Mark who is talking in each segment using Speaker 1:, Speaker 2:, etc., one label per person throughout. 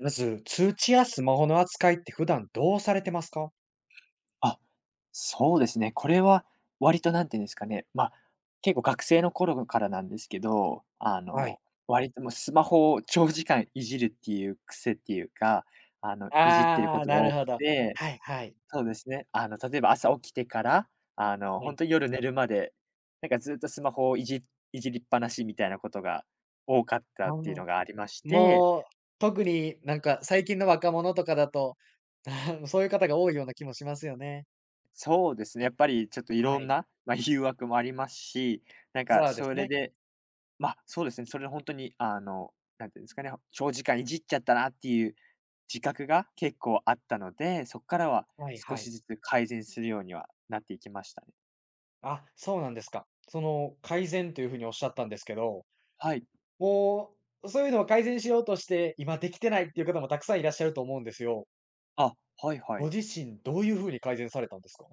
Speaker 1: まず、通知やスマホの扱いって普段どうされてますか？
Speaker 2: あ、そうですね。これは割となんていうんですかね、まあ、結構学生の頃からなんですけど、
Speaker 1: はい。
Speaker 2: 割ともうスマホを長時間いじるっていう癖っていうか、いじってる
Speaker 1: あ
Speaker 2: こ
Speaker 1: あ、
Speaker 2: とが
Speaker 1: なる
Speaker 2: 多く
Speaker 1: ほど。
Speaker 2: て、
Speaker 1: はいはい。
Speaker 2: そうですね、例えば朝起きてから、
Speaker 1: は
Speaker 2: 本
Speaker 1: い。
Speaker 2: 当に夜寝るまで、なんかずっとスマホをいじりっぱなしみたいなことが多かっ
Speaker 1: あ
Speaker 2: たっていう
Speaker 1: の
Speaker 2: のがありまして、
Speaker 1: もう、特になんか最近の若者とかだと、そういう方が多いような気もしますよね。
Speaker 2: そうですね、やっぱりちょっとい
Speaker 1: は
Speaker 2: ろん
Speaker 1: い。
Speaker 2: な、まあ、誘惑もありますし、なんか
Speaker 1: そうで
Speaker 2: そ
Speaker 1: す
Speaker 2: れ
Speaker 1: ね。
Speaker 2: でそうですね、それ本当に、あの、なんていうんですかね、長時間いじっちゃったなっていう自覚が結構あったので、そこからは
Speaker 1: はい
Speaker 2: 少
Speaker 1: はい。
Speaker 2: しずつ改善するようにはなっていきましたね。
Speaker 1: あ、そうなんですか。その改善というふうにおっしゃったんですけど、
Speaker 2: はい、
Speaker 1: もう、そういうのを改善しようとして、今できてないっていう方もたくさんいらっしゃると思うんですよ。
Speaker 2: あ、はいは
Speaker 1: ご
Speaker 2: い。
Speaker 1: 自身どういうふうに改善されたんですか？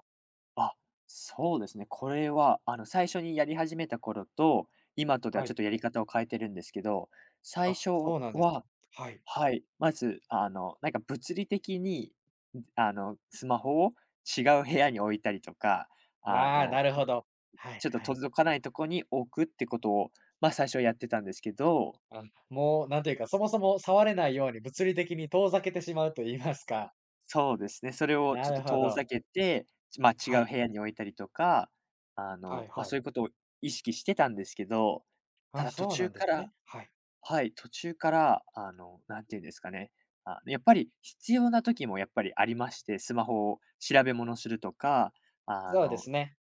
Speaker 2: あ、そうですね。これは、最初にやり始めた頃と、今とでは
Speaker 1: は
Speaker 2: ちょ
Speaker 1: い。
Speaker 2: っとやり方を変えてるんですけど、最
Speaker 1: あ、
Speaker 2: 初
Speaker 1: そうなんですか。
Speaker 2: は
Speaker 1: はい。
Speaker 2: はい、まず、なんか物理的に、スマホを違う部屋に置いたりとか、あ
Speaker 1: ああ、な
Speaker 2: の
Speaker 1: るほど。はい
Speaker 2: ちょっと
Speaker 1: はい。
Speaker 2: 届かないとこに置くってことを、まあ、最初はやってたんですけど、
Speaker 1: あ、もうなんというか、そもそも触れないように物理的に遠ざけてしまうと言いますか。
Speaker 2: そうですね、それを
Speaker 1: な
Speaker 2: ちょっ
Speaker 1: る
Speaker 2: と
Speaker 1: ほ
Speaker 2: 遠
Speaker 1: ど。
Speaker 2: ざけて、まあ違
Speaker 1: は
Speaker 2: う
Speaker 1: い。
Speaker 2: 部屋に置いたりとか、
Speaker 1: はい
Speaker 2: まあ、
Speaker 1: は
Speaker 2: そ
Speaker 1: い。
Speaker 2: ういうことを意識してたんですけど、た
Speaker 1: あ、
Speaker 2: だ途
Speaker 1: そうな
Speaker 2: 中
Speaker 1: んで
Speaker 2: か
Speaker 1: す
Speaker 2: ら
Speaker 1: ね。はい。
Speaker 2: はい、途中から、あの、何て言うんですかね、やっぱり必要な時もやっぱりありまして、スマホを調べ物するとか、あ
Speaker 1: そうで
Speaker 2: の、
Speaker 1: すね。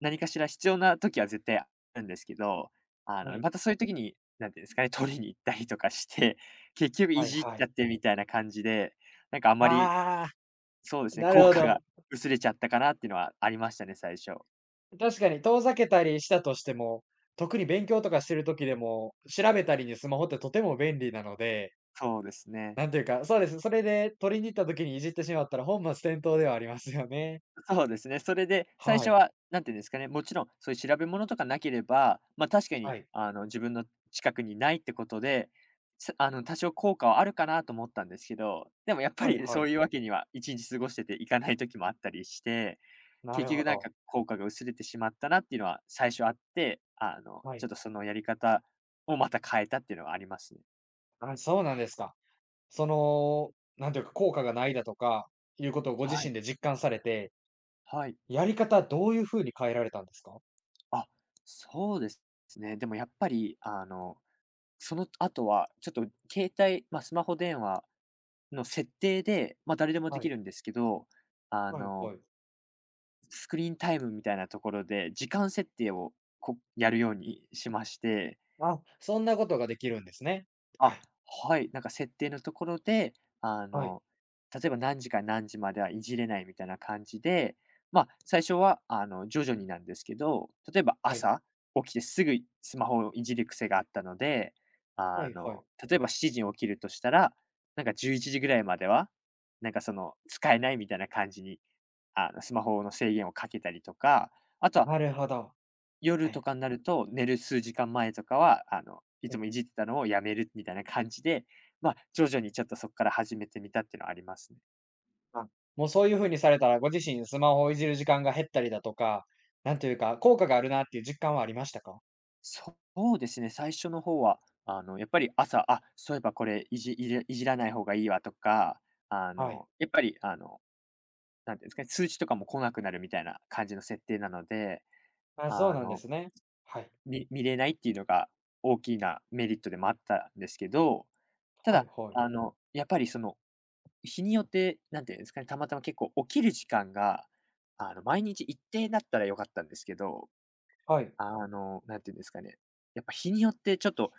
Speaker 2: 何かしら必要な時は絶対あるんですけど、
Speaker 1: はい。
Speaker 2: またそういう時に、なんていうんですかね、取りに行ったりとかして、結局い
Speaker 1: はい
Speaker 2: じっ
Speaker 1: は
Speaker 2: ちゃ
Speaker 1: い。
Speaker 2: ってみたいな感じで、なんかあんまり、
Speaker 1: ああ、
Speaker 2: そうですね、
Speaker 1: なる
Speaker 2: 効
Speaker 1: ほ
Speaker 2: 果が
Speaker 1: ど。
Speaker 2: 薄れちゃったかなっていうのはありましたね、最初。
Speaker 1: 確かに遠ざけたりしたとしても、特に勉強とかしてる時でも、調べたりにスマホってとても便利なので、
Speaker 2: そうですね。
Speaker 1: なんというか、そうです。それで取りに行った時にいじってしまったら本末転倒ではありますよね。
Speaker 2: そうですね。それで、最
Speaker 1: は
Speaker 2: 初
Speaker 1: い。
Speaker 2: は、なんていうんですかね、もちろん、そういう調べ物とかなければ、ま、確か
Speaker 1: は
Speaker 2: に、
Speaker 1: い。
Speaker 2: 自分の近くにないってことで、多少効果はあるかなと思ったんですけど、でもやっぱ
Speaker 1: はい
Speaker 2: り
Speaker 1: は
Speaker 2: そ
Speaker 1: い。
Speaker 2: ういうわけには一日過ごしてていかない時もあったりして、
Speaker 1: なる
Speaker 2: 結
Speaker 1: ほ
Speaker 2: 局なん
Speaker 1: ど。
Speaker 2: か効果が薄れてしまったなっていうのは最初あって、
Speaker 1: は
Speaker 2: ちょ
Speaker 1: い。
Speaker 2: っとそのやり方をまた変えたっていうのはありますね。
Speaker 1: あ、そうなんですか。その、なんていうか、効果がないだとか、いうことをご
Speaker 2: は
Speaker 1: 自
Speaker 2: い、
Speaker 1: 身で実感されて、
Speaker 2: はい。
Speaker 1: やり方どういう風に変えられたんですか？
Speaker 2: あ、そうですね。でもやっぱり、その後は、ちょっと携帯、まあ、スマホ電話の設定で、まあ、誰でもで
Speaker 1: は
Speaker 2: き
Speaker 1: い。
Speaker 2: るんですけど、あ
Speaker 1: はい
Speaker 2: の、
Speaker 1: はい。
Speaker 2: スクリーンタイムみたいなところで、時間設定をやるようにしまして、
Speaker 1: あ、そんなことができるんですね。
Speaker 2: あ、
Speaker 1: はい。
Speaker 2: はい。なんか設定のところで、あ
Speaker 1: はい。
Speaker 2: の、例えば何時から何時まではいじれないみたいな感じで、まあ、最初は、徐々になんですけど、例えば
Speaker 1: はい。
Speaker 2: 朝起きてすぐスマホをいじる癖があったので、
Speaker 1: はいはい。
Speaker 2: 例えば7時に起きるとしたら、なんか11時ぐらいまでは、なんかその、使えないみたいな感じに、スマホの制限をかけたりとか、あとは
Speaker 1: なるほど。は
Speaker 2: 夜と
Speaker 1: い。
Speaker 2: かになると、寝る数時間前とかは、い
Speaker 1: は
Speaker 2: つ
Speaker 1: い。
Speaker 2: もいじってたのをやめるみたいな感じで、まあ、徐々にちょっとそこから始めてみたっていうのはありますね。
Speaker 1: あ、もうそういう風にされたら、ご自身スマホをいじる時間が減ったりだとか、なんというか、効果があるなっていう実感はありましたか？
Speaker 2: そうですね、最初の方は、やっぱり朝、あ、そういえばこれいじらない方がいいわとか、あ
Speaker 1: はい。
Speaker 2: の、やっぱり、あの、なんていうんですかね、通知とかも来なくなるみたいな感じの設定なので、
Speaker 1: あ、そう
Speaker 2: あ
Speaker 1: なんで
Speaker 2: の、
Speaker 1: すね。はい。
Speaker 2: 見れないっていうのが大きなメリットでもあったんですけど、た
Speaker 1: はい
Speaker 2: だ、
Speaker 1: はい。
Speaker 2: やっぱりその、日によって、なんていうんですかね、たまたま結構起きる時間が、毎日一定だったら良かったんですけど、
Speaker 1: はい。
Speaker 2: あの、なんていうんですかね、やっぱ日によってちょっと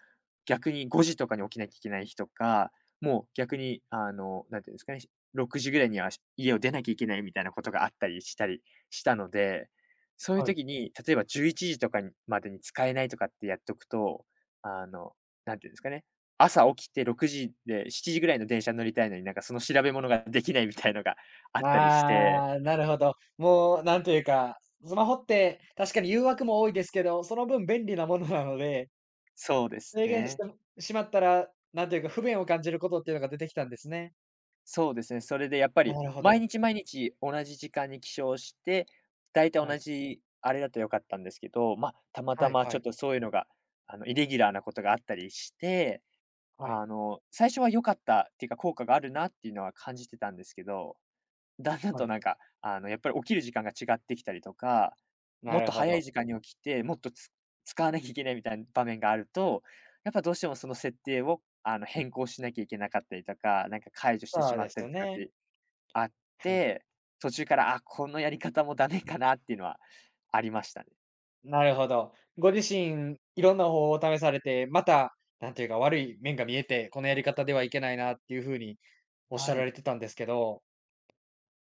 Speaker 2: 逆に5時とかに起きなきゃいけない日とか、もう逆にあの、なんていうんですかね、6時ぐらいには家を出なきゃいけないみたいなことがあったりしたりしたので、そういう
Speaker 1: はい。
Speaker 2: 時に、例えば11時とかにまでに使えないとかってやっとくと、あの、なんていうんですかね、朝起きて6時で7時ぐらいの電車に乗りたいのになんかその調べ物ができないみたいのがあったりして、
Speaker 1: ああ、なるほど。もう、なんというか、スマホって確かに誘惑も多いですけど、その分便利なものなので、
Speaker 2: そうです
Speaker 1: 制限し
Speaker 2: ね。
Speaker 1: てしまったら、なんというか不便を感じることっていうのが出てきたんですね。
Speaker 2: そうですね、それでやっぱり、
Speaker 1: なるほ
Speaker 2: 毎
Speaker 1: ど。
Speaker 2: 日毎日同じ時間に起床して、だいたい
Speaker 1: は
Speaker 2: 同
Speaker 1: い。
Speaker 2: じあれだと良かったんですけど、まあ、たま
Speaker 1: は
Speaker 2: た
Speaker 1: い
Speaker 2: ま
Speaker 1: は
Speaker 2: ちょっ
Speaker 1: い。
Speaker 2: とそういうのが、イレギュラーなことがあったりして、
Speaker 1: はい。
Speaker 2: 最初は良かったっていうか、効果があるなっていうのは感じてたんですけど、だんだん
Speaker 1: は
Speaker 2: と
Speaker 1: い。
Speaker 2: なんか、やっぱり起きる時間が違ってきたりとか、
Speaker 1: な
Speaker 2: もっ
Speaker 1: る
Speaker 2: と
Speaker 1: ほ
Speaker 2: 早い
Speaker 1: ど。
Speaker 2: 時間に起きて、もっと使わなきゃいけないみたいな場面があると、やっぱどうしてもその設定を、変更しなきゃいけなかったりとか、なんか解除してし
Speaker 1: そう
Speaker 2: ま
Speaker 1: で
Speaker 2: った
Speaker 1: す
Speaker 2: りとかっ
Speaker 1: ね。
Speaker 2: てあっ
Speaker 1: はい。
Speaker 2: て、途中から、あ、このやり方もダメかなっていうのはありましたね。
Speaker 1: なるほど。ご自身、いろんな方法を試されて、また、なんというか悪い面が見えて、このやり方ではいけないなっていう風におっしゃ
Speaker 2: は
Speaker 1: ら
Speaker 2: い。
Speaker 1: れてたんですけど、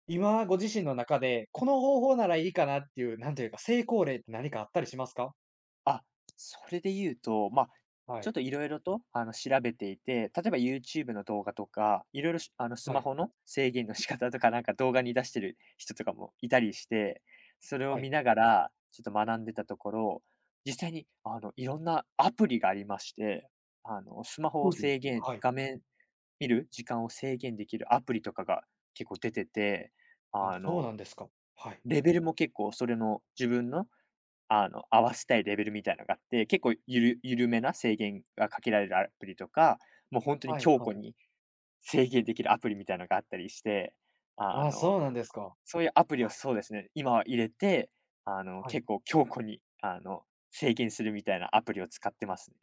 Speaker 1: 今、ご自身の中で、この方法ならいいかなっていう、なんというか、成功例って何かあったりしますか？
Speaker 2: あ、それで言うと、まあ、
Speaker 1: は
Speaker 2: ちょっ
Speaker 1: い、
Speaker 2: といろいろと、調べていて、例えば YouTube の動画とか、いろいろしス
Speaker 1: は
Speaker 2: マ
Speaker 1: い、
Speaker 2: ホの制限の仕方とか、なんか動画に出してる人とかもいたりして、それを
Speaker 1: はい。
Speaker 2: 見ながら、ちょっと学んでたところ、実際に、いろんなアプリがありまして、スマホを
Speaker 1: うり、
Speaker 2: 制限
Speaker 1: はい。
Speaker 2: 画面見る時間を制限できるアプリとかが結構出てて、
Speaker 1: あ、
Speaker 2: あ
Speaker 1: そうな
Speaker 2: の、
Speaker 1: んですか。はい。
Speaker 2: レベルも結構それの自分の合わせたいレベルみたいなのがあって、結構緩めな制限がかけられるアプリとか、もう本当に
Speaker 1: はい
Speaker 2: 強
Speaker 1: は
Speaker 2: 固
Speaker 1: い。
Speaker 2: に制限できるアプリみたいなのがあったりして、あ
Speaker 1: ああ、そ
Speaker 2: の、
Speaker 1: うなんですか。は
Speaker 2: そういうアプリを
Speaker 1: い、
Speaker 2: そうですね、今は入れて、
Speaker 1: はい。
Speaker 2: 結構強固に、制限するみたいなアプリを使ってますね。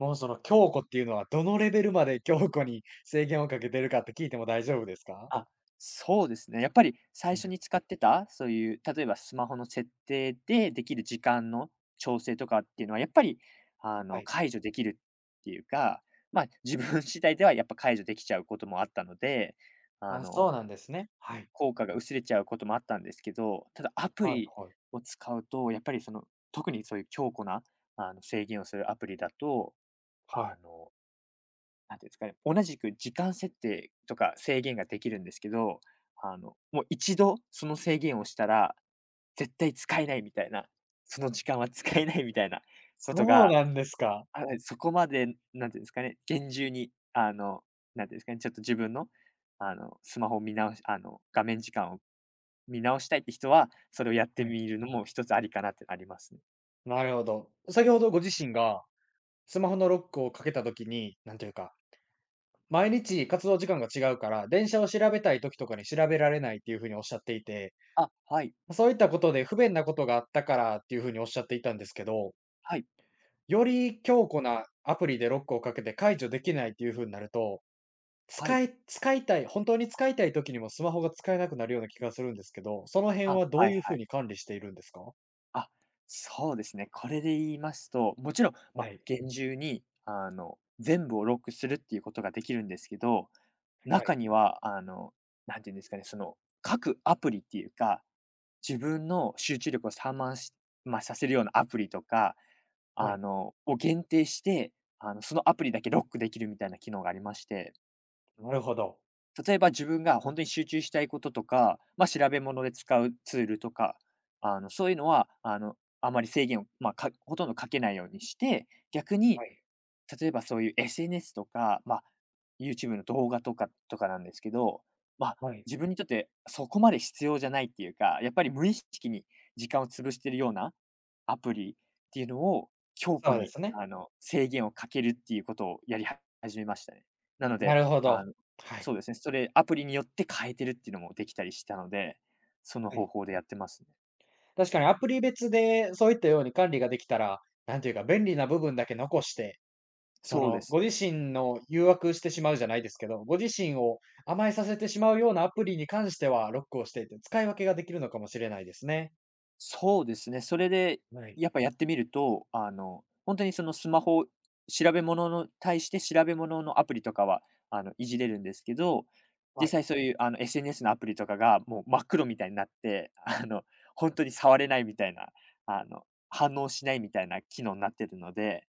Speaker 1: もうその強固っていうのは、どのレベルまで強固に制限をかけてるかって聞いても大丈夫ですか？
Speaker 2: あ、そうですね。やっぱり最
Speaker 1: は
Speaker 2: 初
Speaker 1: い、
Speaker 2: に使ってた、そういう、例えばスマホの設定でできる時間の調整とかっていうのは、やっぱり、
Speaker 1: はい。
Speaker 2: 解除できるっていうか、まあ、自分 次第ではやっぱ解除できちゃうこともあったので、あ
Speaker 1: あ、そ
Speaker 2: の、
Speaker 1: うなんですね。はい。
Speaker 2: 効果が薄れちゃうこともあったんですけど、ただアプ
Speaker 1: はい
Speaker 2: リ
Speaker 1: はい。
Speaker 2: を使うと、やっぱりその、特にそういう強固な、制限をするアプリだと、
Speaker 1: は
Speaker 2: あ
Speaker 1: い。
Speaker 2: のなんていうんですかね、同じく時間設定とか制限ができるんですけど、もう一度その制限をしたら、絶対使えないみたいな、その時間は使えないみたいなこと
Speaker 1: そう
Speaker 2: が、
Speaker 1: なんですか。
Speaker 2: あそこまで、なんていうんですかね、厳重に、あの、なんていうんですかね、ちょっと自分の、スマホを見直し画面時間を見直したいって人は、それをやって
Speaker 1: はい。
Speaker 2: みるのも一つありかなってありますね。
Speaker 1: なるほど。先ほどご自身が、スマホのロックをかけた時に、なんというか毎日活動時間が違うから、電車を調べたい時とかに調べられないっていうふうにおっしゃっていて、
Speaker 2: あ、はい、
Speaker 1: そういったことで不便なことがあったからっていうふうにおっしゃっていたんですけど、
Speaker 2: はい、
Speaker 1: より強固なアプリでロックをかけて解除できないっていうふうになると、
Speaker 2: はい。
Speaker 1: 使い使いたい本当に使いたい時にもスマホが使えなくなるような気がするんですけど、その辺
Speaker 2: あ、
Speaker 1: はど
Speaker 2: は
Speaker 1: う
Speaker 2: い
Speaker 1: いう
Speaker 2: は
Speaker 1: ふう
Speaker 2: い。
Speaker 1: に管理しているんですか？
Speaker 2: あ、そうですね。これで言いますと、もちろん、ま
Speaker 1: は
Speaker 2: あ、
Speaker 1: い、
Speaker 2: 厳重に、全部をロックするっていうことができるんですけど、
Speaker 1: は
Speaker 2: 中
Speaker 1: い、
Speaker 2: には、あの、なんていうんですかね、その、各アプリっていうか、自分の集中力を散漫しまあ、させるようなアプリとか、
Speaker 1: はい。
Speaker 2: を限定して、そのアプリだけロックできるみたいな機能がありまして。
Speaker 1: なるほど。
Speaker 2: 例えば自分が本当に集中したいこととか、まあ、調べ物で使うツールとか、そういうのは、あまり制限を、まあ、ほとんどかけないようにして、逆に、
Speaker 1: はい、
Speaker 2: 例えばそういう SNS とか、まあ、YouTube の動画とかなんですけど、まあ、
Speaker 1: はい。
Speaker 2: 自分にとってそこまで必要じゃないっていうか、やっぱり無意識に時間を潰してるようなアプリっていうのを強
Speaker 1: そ
Speaker 2: 固
Speaker 1: うで
Speaker 2: に、
Speaker 1: すね。
Speaker 2: 制限をかけるっていうことをやり始めましたね。なの
Speaker 1: な
Speaker 2: で、
Speaker 1: るほ
Speaker 2: あ
Speaker 1: ど。
Speaker 2: の
Speaker 1: は
Speaker 2: そ
Speaker 1: い。
Speaker 2: うですね、それアプリによって変えてるっていうのもできたりしたので、その
Speaker 1: は
Speaker 2: 方
Speaker 1: い。
Speaker 2: 法でやってますね。
Speaker 1: 確かにアプリ別でそういったように管理ができたら、なんていうか便利な部分だけ残して、そ
Speaker 2: そうで
Speaker 1: の
Speaker 2: す。
Speaker 1: ご自身の誘惑してしまうじゃないですけど、ご自身を甘えさせてしまうようなアプリに関してはロックをしていて、使い分けができるのかもしれないですね。
Speaker 2: そうですね、それで
Speaker 1: はい。
Speaker 2: やっぱやってみると、本当にそのスマホ調べ物の対して調べ物のアプリとかは、いじれるんですけど、
Speaker 1: は
Speaker 2: 実
Speaker 1: い。
Speaker 2: 際そういう、SNS のアプリとかがもう真っ黒みたいになって、本当に触れないみたいな、反応しないみたいな機能になってるので、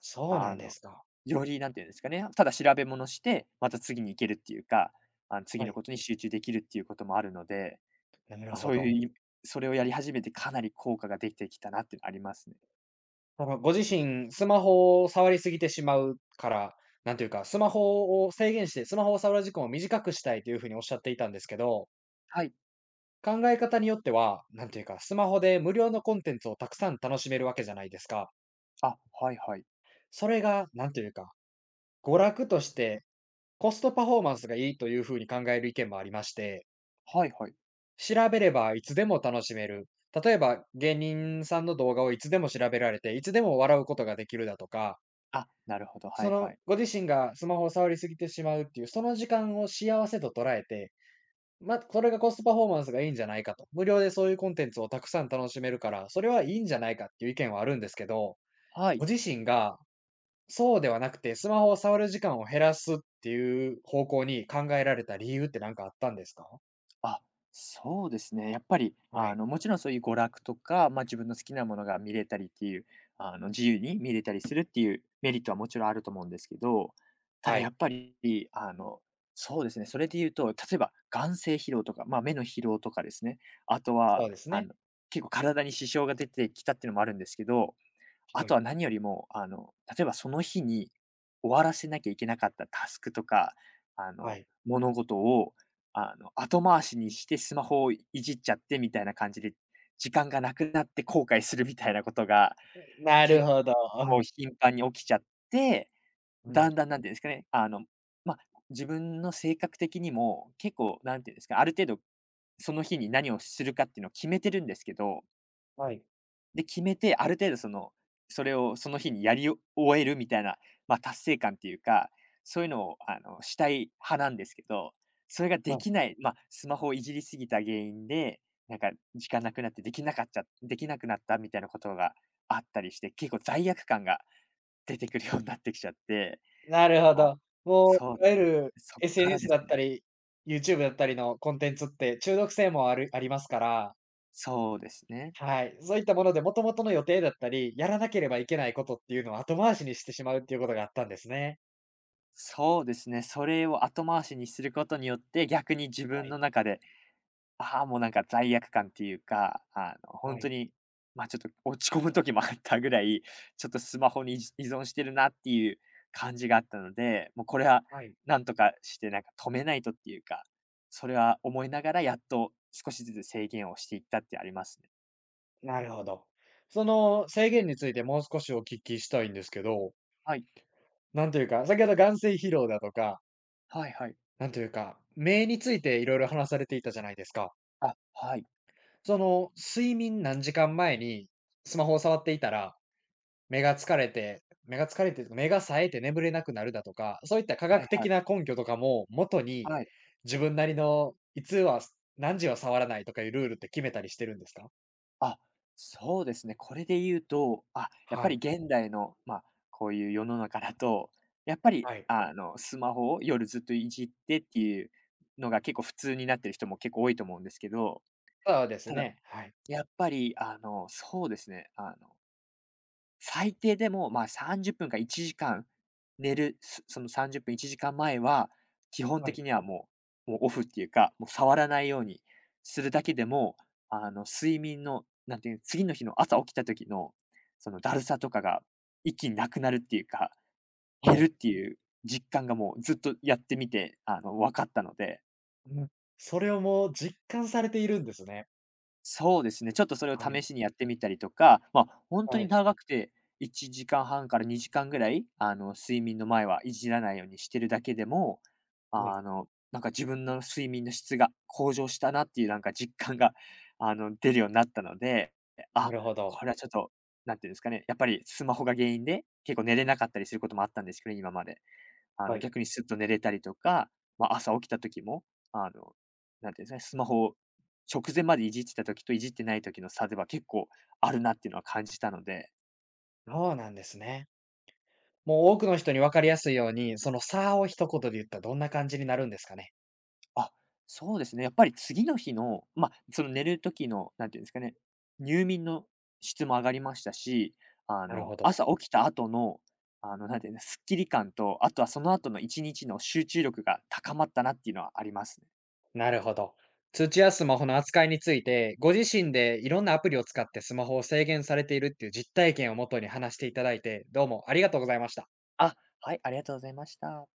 Speaker 1: そうな
Speaker 2: あ
Speaker 1: んで
Speaker 2: の、
Speaker 1: すか。
Speaker 2: よりなんていうんですかね、ただ調べ物して、また次に行けるっていうか、
Speaker 1: は
Speaker 2: 次の
Speaker 1: い。
Speaker 2: ことに集中できるっていうこともあるので、
Speaker 1: なる
Speaker 2: まあ、
Speaker 1: ほ
Speaker 2: そう
Speaker 1: ど。
Speaker 2: いうそれをやり始めてかなり効果が出てきたなっていうのありますね。
Speaker 1: そのご自身、スマホを触りすぎてしまうから、なんていうか、スマホを制限して、スマホを触る時間を短くしたいというふうにおっしゃっていたんですけど、
Speaker 2: はい。
Speaker 1: 考え方によっては、なんていうか、スマホで無料のコンテンツをたくさん楽しめるわけじゃないですか。
Speaker 2: あ、はいはい。
Speaker 1: それが、なんていうか、娯楽としてコストパフォーマンスがいいというふうに考える意見もありまして、
Speaker 2: はいはい。
Speaker 1: 調べればいつでも楽しめる。例えば、芸人さんの動画をいつでも調べられて、いつでも笑うことができるだとか、
Speaker 2: あ、なるほど、は
Speaker 1: そ
Speaker 2: いは
Speaker 1: の
Speaker 2: い。
Speaker 1: ご自身がスマホを触りすぎてしまうっていう、その時間を幸せと捉えて、ま、これがコストパフォーマンスがいいんじゃないかと。無料でそういうコンテンツをたくさん楽しめるから、それはいいんじゃないかっていう意見はあるんですけど、
Speaker 2: はい。
Speaker 1: ご自身がそうではなくて、スマホを触る時間を減らすっていう方向に考えられた理由って何かあったんですか？
Speaker 2: あ、そうですね。やっぱり、
Speaker 1: はい、
Speaker 2: もちろんそういう娯楽とか、まあ、自分の好きなものが見れたりっていう、自由に見れたりするっていうメリットはもちろんあると思うんですけど、ただ
Speaker 1: は
Speaker 2: や
Speaker 1: い、
Speaker 2: っぱり、あの、そうですね。それで言うと、例えば眼性疲労とか、まあ、目の疲労とかですね。あと
Speaker 1: そ
Speaker 2: は、
Speaker 1: うですね。
Speaker 2: 結構体に支障が出てきたっていうのもあるんですけど、あ
Speaker 1: は
Speaker 2: と
Speaker 1: い、
Speaker 2: は何よりも、例えばその日に終わらせなきゃいけなかったタスクとか、あ
Speaker 1: は
Speaker 2: の、
Speaker 1: い。
Speaker 2: 物事を、後回しにしてスマホをいじっちゃってみたいな感じで、時間がなくなって後悔するみたいなことが、
Speaker 1: なる
Speaker 2: 結
Speaker 1: ほど。
Speaker 2: 構頻繁に起きちゃって、
Speaker 1: うんは
Speaker 2: だん
Speaker 1: い、
Speaker 2: だんなんていうんですかね、まあ、自分の性格的にも結構、なんていうんですか、ある程度その日に何をするかっていうのを決めてるんですけど
Speaker 1: はい、
Speaker 2: で、決めて、ある程度それをその日にやり終えるみたいな、まあ、達成感っていうか、そういうのを、したい派なんですけど、それが
Speaker 1: は
Speaker 2: で
Speaker 1: い。
Speaker 2: きない、まあ、スマホをいじり過ぎた原因で、なんか時間なくなってできなくなったみたいなことがあったりして、結構罪悪感が出てくるようになってきちゃって、
Speaker 1: なるほ
Speaker 2: あ、
Speaker 1: ど。もう
Speaker 2: そう、
Speaker 1: いわゆる
Speaker 2: そっから
Speaker 1: SNS
Speaker 2: で
Speaker 1: だ
Speaker 2: す
Speaker 1: った
Speaker 2: ね。
Speaker 1: り、YouTube だったりのコンテンツって中毒性もありますから、
Speaker 2: そうですね。
Speaker 1: はい、そういったもので、もともとの予定だったり、やらなければいけないことっていうのを後回しにしてしまうっていうことがあったんですね。
Speaker 2: そうですね、それを後回しにすることによって、逆に自
Speaker 1: は
Speaker 2: 分
Speaker 1: い、
Speaker 2: の中でああ、もうなんか罪悪感っていうか、ほん
Speaker 1: は
Speaker 2: と
Speaker 1: い、
Speaker 2: に、ま、ちょっと落ち込む時もあったぐらい、ちょっとスマホに依存してるなっていう感じがあったので、もうこれは
Speaker 1: はい。
Speaker 2: なんとかしてなんか止めないとっていうか、それは思いながらやっと少しずつ制限をしていったってありますね。
Speaker 1: なるほど。その制限についてもう少しお聞きしたいんですけど、
Speaker 2: はい。
Speaker 1: なんというか、先ほど眼精疲労だとか、
Speaker 2: はいはい。
Speaker 1: なんというか、目についていろいろ話されていたじゃないですか。
Speaker 2: あ、はい。
Speaker 1: その睡眠何時間前にスマホを触っていたら、目が疲れてとか、目が冴えて眠れなくなるだとか、そういった科
Speaker 2: は
Speaker 1: 学
Speaker 2: いは
Speaker 1: 的
Speaker 2: い。
Speaker 1: な根拠とかももとに、
Speaker 2: はい。
Speaker 1: 自分なりのいつは何時は触らないとかいうルールって決めたりしてるんですか？
Speaker 2: あ、そうですね。これで言うと、あ、やっぱ
Speaker 1: は
Speaker 2: り
Speaker 1: い、
Speaker 2: 現代の、まあ、こういう世の中だと、やっぱり、
Speaker 1: はい。
Speaker 2: スマホを夜ずっといじってっていうのが結構普通になってる人も結構多いと思うんですけど、
Speaker 1: そうです
Speaker 2: ただ、
Speaker 1: ね、はい。
Speaker 2: やっぱり、そうですね、最低でも、まあ、30分か1時間寝る、その30分、1時間前は、基本
Speaker 1: はい、
Speaker 2: 的にはもうオフっていうか、もう触らないようにするだけでも、睡眠の、なんていう、次の日の朝起きた時の、そのだるさとかが一気になくなるっていうか、減
Speaker 1: は
Speaker 2: る
Speaker 1: い。
Speaker 2: っていう実感がもうずっとやってみて、分かったので。
Speaker 1: うん。それをもう実感されているんですね。
Speaker 2: そうですね、ちょっとそれを
Speaker 1: は
Speaker 2: 試
Speaker 1: い。
Speaker 2: しにやってみたりとか、ま、あ本当
Speaker 1: は
Speaker 2: に
Speaker 1: い。
Speaker 2: 長くて1時間半から2時間ぐらい、睡眠の前はいじらないようにしてるだけでも、
Speaker 1: はい。
Speaker 2: なんか自分の睡眠の質が向上したなっていうなんか実感が、出るようになったので、
Speaker 1: な
Speaker 2: あ、
Speaker 1: るほど。
Speaker 2: これはちょっと、なんていうんですかね、やっぱりスマホが原因で、結構寝れなかったりすることもあったんですけど、今まで。
Speaker 1: はい。
Speaker 2: 逆にスッと寝れたりとか、まあ、朝起きた時も、あの、なんていうんですかね、スマホを直前までいじってた時といじってない時の差では結構あるなっていうのは感じたので、
Speaker 1: そうなんですね。もう多くの人に分かりやすいように、その差を一言で言ったらどんな感じになるんですかね？
Speaker 2: あ、そうですね、やっぱり次の日の、まあ、その寝る時の、なんていうんですかね、入眠の質も上がりましたし、
Speaker 1: なるほど。
Speaker 2: 朝起きた後の、あの、なんていうの、すっきり感と、あとはその後の1日の集中力が高まったなっていうのはありますね。
Speaker 1: なるほど。通知やスマホの扱いについて、ご自身でいろんなアプリを使ってスマホを制限されているっていう実体験をもとに話していただいて、どうもありがとうございました。
Speaker 2: あ、はい、ありがとうございました。